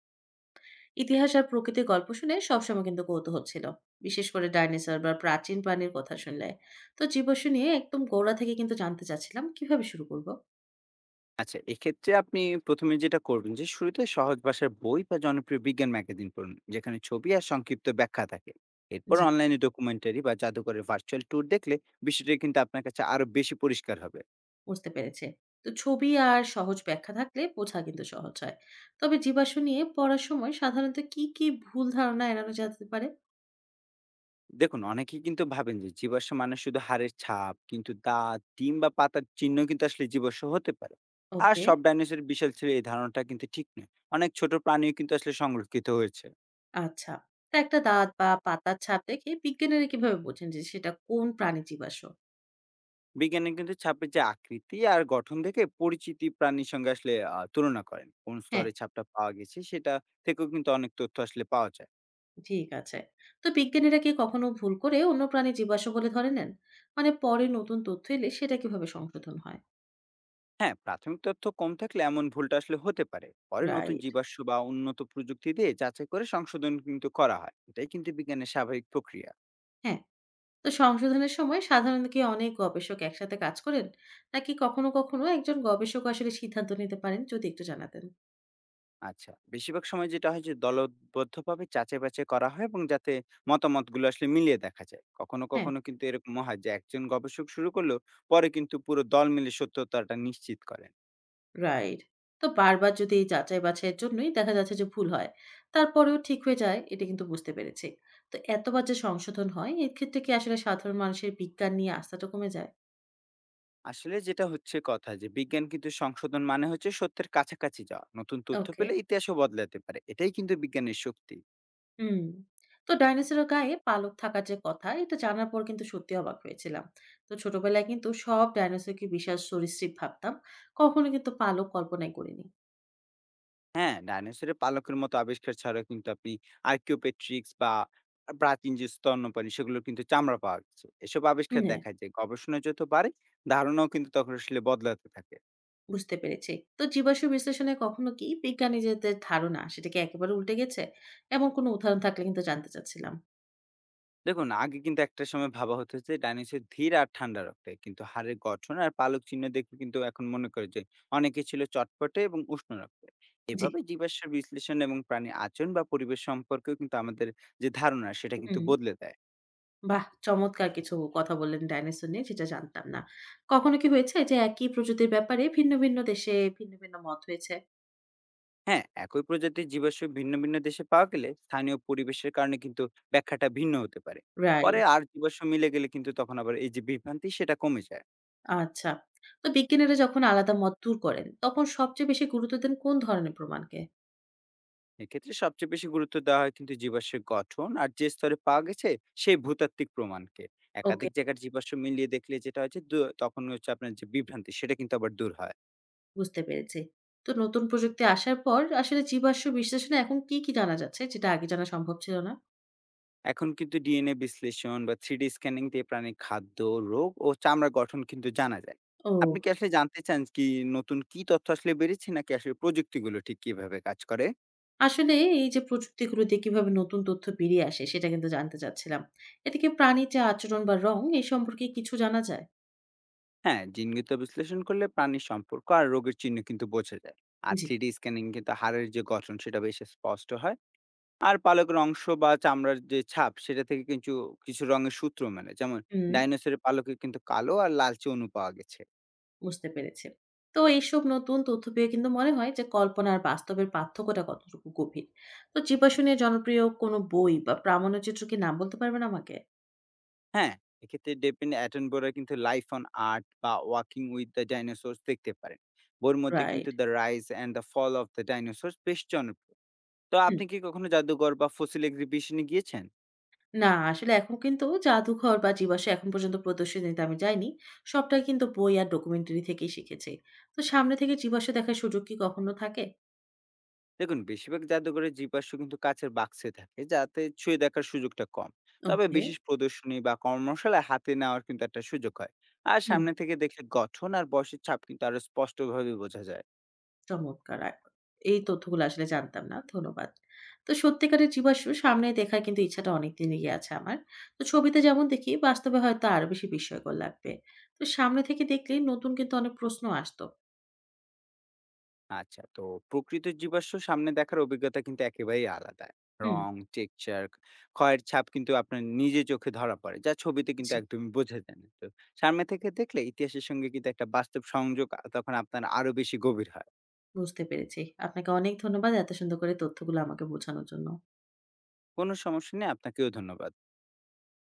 ইতিহাস আর প্রকৃতির গল্প শুনে সবসময় কিন্তু কৌতূহল ছিল, বিশেষ করে ডাইনোসর বা প্রাচীন প্রাণীর কথা শুনলে। তো জীবাশ্ম নিয়ে একদম গোড়া থেকে কিন্তু জানতে চাচ্ছিলাম কিভাবে শুরু করব। আচ্ছা, এক্ষেত্রে আপনি ১ম এ যেটা করবেন যে, শুরুতে সহজ ভাষার বই বা জনপ্রিয় বিজ্ঞান ম্যাগাজিন পড়ুন। যেখানে ছবি আর সংক্ষিপ্ত ব্যাখ্যা থাকে। এরপর জি। অনলাইনে ডকুমেন্টারি বা জাদুঘরের ভার্চুয়াল ট্যুর দেখলে বিষয়টি কিন্তু আপনার কাছে আরো বেশি পরিষ্কার হবে। বুঝতে পেরেছে। তো ছবি আর সহজ ব্যাখ্যা থাকলে বোঝা কিন্তু সহজ হয়। তবে জীবাশ্ম নিয়ে পড়ার সময় সাধারণত কি কি ভুল ধারণা এড়ানো যেতে পারে? দেখুন অনেকেই কিন্তু ভাবেন যে জীবাশ্ম মানে শুধু হাড়ের ছাপ, কিন্তু দাঁত, ডিম বা পাতার চিহ্ন কিন্তু আসলে জীবাশ্ম হতে পারে। আর ওকে। সব ডাইনোসরের বিশাল ছিল এই ধারণাটা কিন্তু ঠিক নয়। অনেক ছোট প্রাণীও কিন্তু আসলে সংরক্ষিত হয়েছে। আচ্ছা। তা একটা দাঁত বা পাতার ছাপ দেখে বিজ্ঞানীরা কিভাবে বোঝেন যে সেটা কোন প্রাণী জীবাশ্ম? বিজ্ঞানী কিন্তু ছাপের যে আকৃতি আর গঠন দেখে পরিচিতি প্রাণীর সঙ্গে আসলে তুলনা করেন কোন হ্যাঁ। স্তরে ছাপটা পাওয়া গেছে সেটা থেকেও কিন্তু অনেক তথ্য আসলে পাওয়া যায়। ঠিক আছে। তো বিজ্ঞানীরা কি কখনো ভুল করে অন্য প্রাণী জীবাশ্ম বলে ধরে নেন? মানে পরে নতুন তথ্য এলে সেটা কিভাবে সংশোধন হয়? হ্যাঁ, প্রাথমিক তথ্য কম থাকলে এমন ভুলটা আসলে হতে পারে। পরে নতুন রাইট। জীবাশ্ম বা উন্নত প্রযুক্তি দিয়ে যাচাই করে সংশোধন কিন্তু করা হয়। এটাই কিন্তু বিজ্ঞানের স্বাভাবিক প্রক্রিয়া। হ্যাঁ। তো সংশোধনের সময় সাধারণত কি অনেক গবেষক একসাথে কাজ করেন? নাকি কখনো কখনো একজন গবেষক আসলে সিদ্ধান্ত নিতে পারেন? যদি একটু জানাতেন। আচ্ছা, বেশিরভাগ সময় যেটা হয় যে দলবদ্ধভাবে যাচাই বাছাই করা হয় এবং যাতে মতামতগুলো আসলে মিলিয়ে দেখা যায়। কখনো হ্যাঁ। কখনো কিন্তু এরকম হয় যে একজন গবেষক শুরু করলো, পরে কিন্তু পুরো দল মিলে সত্যতাটা নিশ্চিত করে। রাইট। তো বারবার যদি এই যাচাই বাছাইয়ের জন্যই দেখা যাচ্ছে যে ভুল হয়, তারপরেও ঠিক হয়ে যায়, এটা কিন্তু বুঝতে পেরেছি। তো এতবার যে সংশোধন হয় এর ক্ষেত্রে কি আসলে সাধারণ মানুষের বিজ্ঞান নিয়ে আস্থাটা কমে যায়? আসলে যেটা হচ্ছে কথা যে বিজ্ঞান কিন্তু সংশোধন মানে হচ্ছে সত্যের কাছাকাছি যাওয়া। নতুন তথ্য ওকে। পেলে ইতিহাসও বদলাতে পারে। এটাই কিন্তু বিজ্ঞানের শক্তি। হুম। তো ডাইনোসরের গায়ে পালক থাকার যে কথা, এটা জানার পর কিন্তু সত্যি অবাক হয়েছিলাম। তো ছোটবেলায় কিন্তু সব ডাইনোসরকে বিশাল সরীসৃপ ভাবতাম, কখনো কিন্তু পালক কল্পনাই করিনি। হ্যাঁ, ডাইনোসরের পালকের মতো আবিষ্কার ছাড়া কিন্তু আপনি আর্কিওপেট্রিক্স বা প্রাচীন যে স্তন্যপাণী সেগুলো কিন্তু চামড়া পাওয়া যাচ্ছে। এসব হুম, আবিষ্কার হ্যাঁ, দেখা যায় গবেষণা যত বাড়ে, ধারণাও কিন্তু তখন আসলে বদলাতে থাকে। বুঝতে পেরেছি। তো জীবাশ্ম বিশ্লেষণে কখনো কি বিজ্ঞানীদের ধারণা সেটাকে একেবারে উল্টে গেছে, এমন কোনো উদাহরণ থাকলে কিন্তু জানতে চাচ্ছিলাম। দেখুন আগে কিন্তু একটা সময় ভাবা হতো যে ডাইনোসর ধীর আর ঠান্ডা রক্তের, কিন্তু হাড়ের গঠন আর পালক চিহ্ন দেখে কিন্তু এখন মনে করে যে অনেকে ছিল চটপটে এবং উষ্ণ রক্তে। জি। এভাবে জীবাশ্মের বিশ্লেষণ এবং প্রাণীর আচরণ বা পরিবেশ সম্পর্কেও কিন্তু আমাদের যে ধারণা সেটা কিন্তু হুম। বদলে দেয়। বাহ, চমৎকার কিছু কথা বললেন ডাইনোসর নিয়ে, যেটা জানতাম না। কখনো কি হয়েছে যে একই প্রজাতির ব্যাপারে ভিন্ন ভিন্ন দেশে ভিন্ন ভিন্ন মত হয়েছে? হ্যাঁ, একই প্রজাতির জীবাশ্ম ভিন্ন ভিন্ন দেশে পাওয়া গেলে স্থানীয় পরিবেশের কারণে কিন্তু ব্যাখ্যাটা ভিন্ন হতে পারে। পরে রাইট। আর জীবাশ্ম মিলে গেলে কিন্তু তখন আবার এই যে বিভ্রান্তি সেটা কমে যায়। আচ্ছা। তো বিজ্ঞানীরা যখন আলাদা মত দূর করেন, তখন সবচেয়ে বেশি গুরুত্ব দেন কোন ধরনের প্রমাণকে? এক্ষেত্রে সবচেয়ে বেশি গুরুত্ব দেওয়া হয় কিন্তু জীবাশ্মের গঠন আর যে স্তরে পাওয়া গেছে সেই ভূতাত্ত্বিক প্রমাণকে। ওকে, একাধিক জায়গার জীবাশ্ম মিলিয়ে দেখলে যেটা হচ্ছে তখন হচ্ছে আপনার যে বিভ্রান্তি সেটা কিন্তু আবার দূর হয়। বুঝতে পেরেছি। তো নতুন প্রযুক্তি আসার পর আসলে জীবাশ্ম বিশ্লেষণে এখন কি, কি জানা যাচ্ছে যেটা আগে জানা সম্ভব ছিল না? এখন কিন্তু ডিএনএ বিশ্লেষণ বা থ্রিডি স্ক্যানিং দিয়ে প্রাণীর খাদ্য, রোগ ও চামড়ার গঠন কিন্তু জানা যায়। আপনি ও! কি আসলে জানতে চান কি নতুন কি তথ্য আসলে বেড়েছে, নাকি আসলে প্রযুক্তিগুলো ঠিক কিভাবে কাজ করে? আসলে এই যে প্রযুক্তিগুলো দিয়ে কিভাবে নতুন তথ্য বেরিয়ে আসে, সেটা কিন্তু জানতে চাচ্ছিলাম। এতে কি প্রাণীর যে আচরণ বা রং এই সম্পর্কে কিছু জানা যায়? হ্যাঁ, জিনগত বিশ্লেষণ করলে প্রাণীর সম্পর্ক আর রোগের চিহ্ন কিন্তু বোঝা যায়। আর জি। থ্রিডি স্ক্যানিং কিন্তু হাড়ের যে গঠন সেটা বেশ স্পষ্ট হয়। আর পালকের অংশ বা চামড়ার যে ছাপ সেটা থেকে কিন্তু কিছু রঙের সূত্র মেলে। যেমন হুম। ডাইনোসরের পালকে কিন্তু কালো আর লালচে অণু পাওয়া গেছে। বুঝতে পেরেছি। তো এইসব নতুন তথ্য পেয়ে কিন্তু মনে হয় যে কল্পনা আর বাস্তবের পার্থক্যটা কতটুকু গভীর। তো জীবাশ্ম নিয়ে জনপ্রিয় কোনো বই বা প্রামাণ্যচিত্র কি নাম বলতে পারবেন আমাকে? হ্যাঁ? এক্ষেত্রে ডেভিড অ্যাটনবরা কিন্তু 'লাইফ অন আর্থ' বা 'ওয়াকিং উইথ দ্য ডাইনোসরস' দেখতে পারেন। বইয়ের মধ্যে রাইট। কিন্তু 'the rise and the fall of the dinosaurs' বেশ জনপ্রিয়। তো হুম। আপনি কি কখনো জাদুঘর বা ফসিল এক্সিবিশনে গিয়েছেন? না, আসলে এখন কিন্তু জাদুঘর বা জীবাশ্ম এখন পর্যন্ত প্রদর্শনীতে আমি যাইনি। সবটাই কিন্তু বই আর ডকুমেন্টারি থেকেই শিখেছি। তো সামনে থেকে জীবাশ্ম দেখার সুযোগ কি কখনো থাকে? দেখুন বেশিরভাগ জাদুঘরের জীবাশ্ম কিন্তু কাচের বাক্সে থাকে, যাতে ছুঁয়ে দেখার সুযোগটা কম। তবে ওকে। বিশেষ প্রদর্শনী বা কর্মশালায় হাতে নেওয়ার কিন্তু একটা সুযোগ হয়। আর হুম। সামনে থেকে দেখলে গঠন আর বয়সের ছাপ কিন্তু আরো স্পষ্টভাবে বোঝা যায়। চমৎকার! এই তথ্যগুলো আসলে জানতাম না। ধন্যবাদ। তো সত্যিকারের জীবাশ্ম সামনে দেখার কিন্তু ইচ্ছাটা অনেকদিন এগিয়ে আছে আমার। তো ছবিতে যেমন দেখি, বাস্তবে হয়তো আরো বেশি বিস্ময়কর লাগবে। তো সামনে থেকে দেখলে নতুন কিন্তু অনেক প্রশ্ন আসতো। আচ্ছা, তো প্রকৃত জীবাশ্ম সামনে দেখার অভিজ্ঞতা কিন্তু একেবারেই আলাদা। হুম, রং, টেক্সচার, ক্ষয়ের ছাপ কিন্তু আপনার নিজে চোখে ধরা পড়ে, যা ছবিতে কিন্তু জি, একদমই বোঝা যায় না। তো সামনে থেকে দেখলে ইতিহাসের সঙ্গে কিন্তু একটা বাস্তব সংযোগ তখন আপনার আরো বেশি গভীর হয়। বুঝতে পেরেছি। আপনাকে অনেক ধন্যবাদ এত সুন্দর করে তথ্যগুলো আমাকে বোঝানোর জন্য। কোনো সমস্যা নেই, আপনাকেও ধন্যবাদ।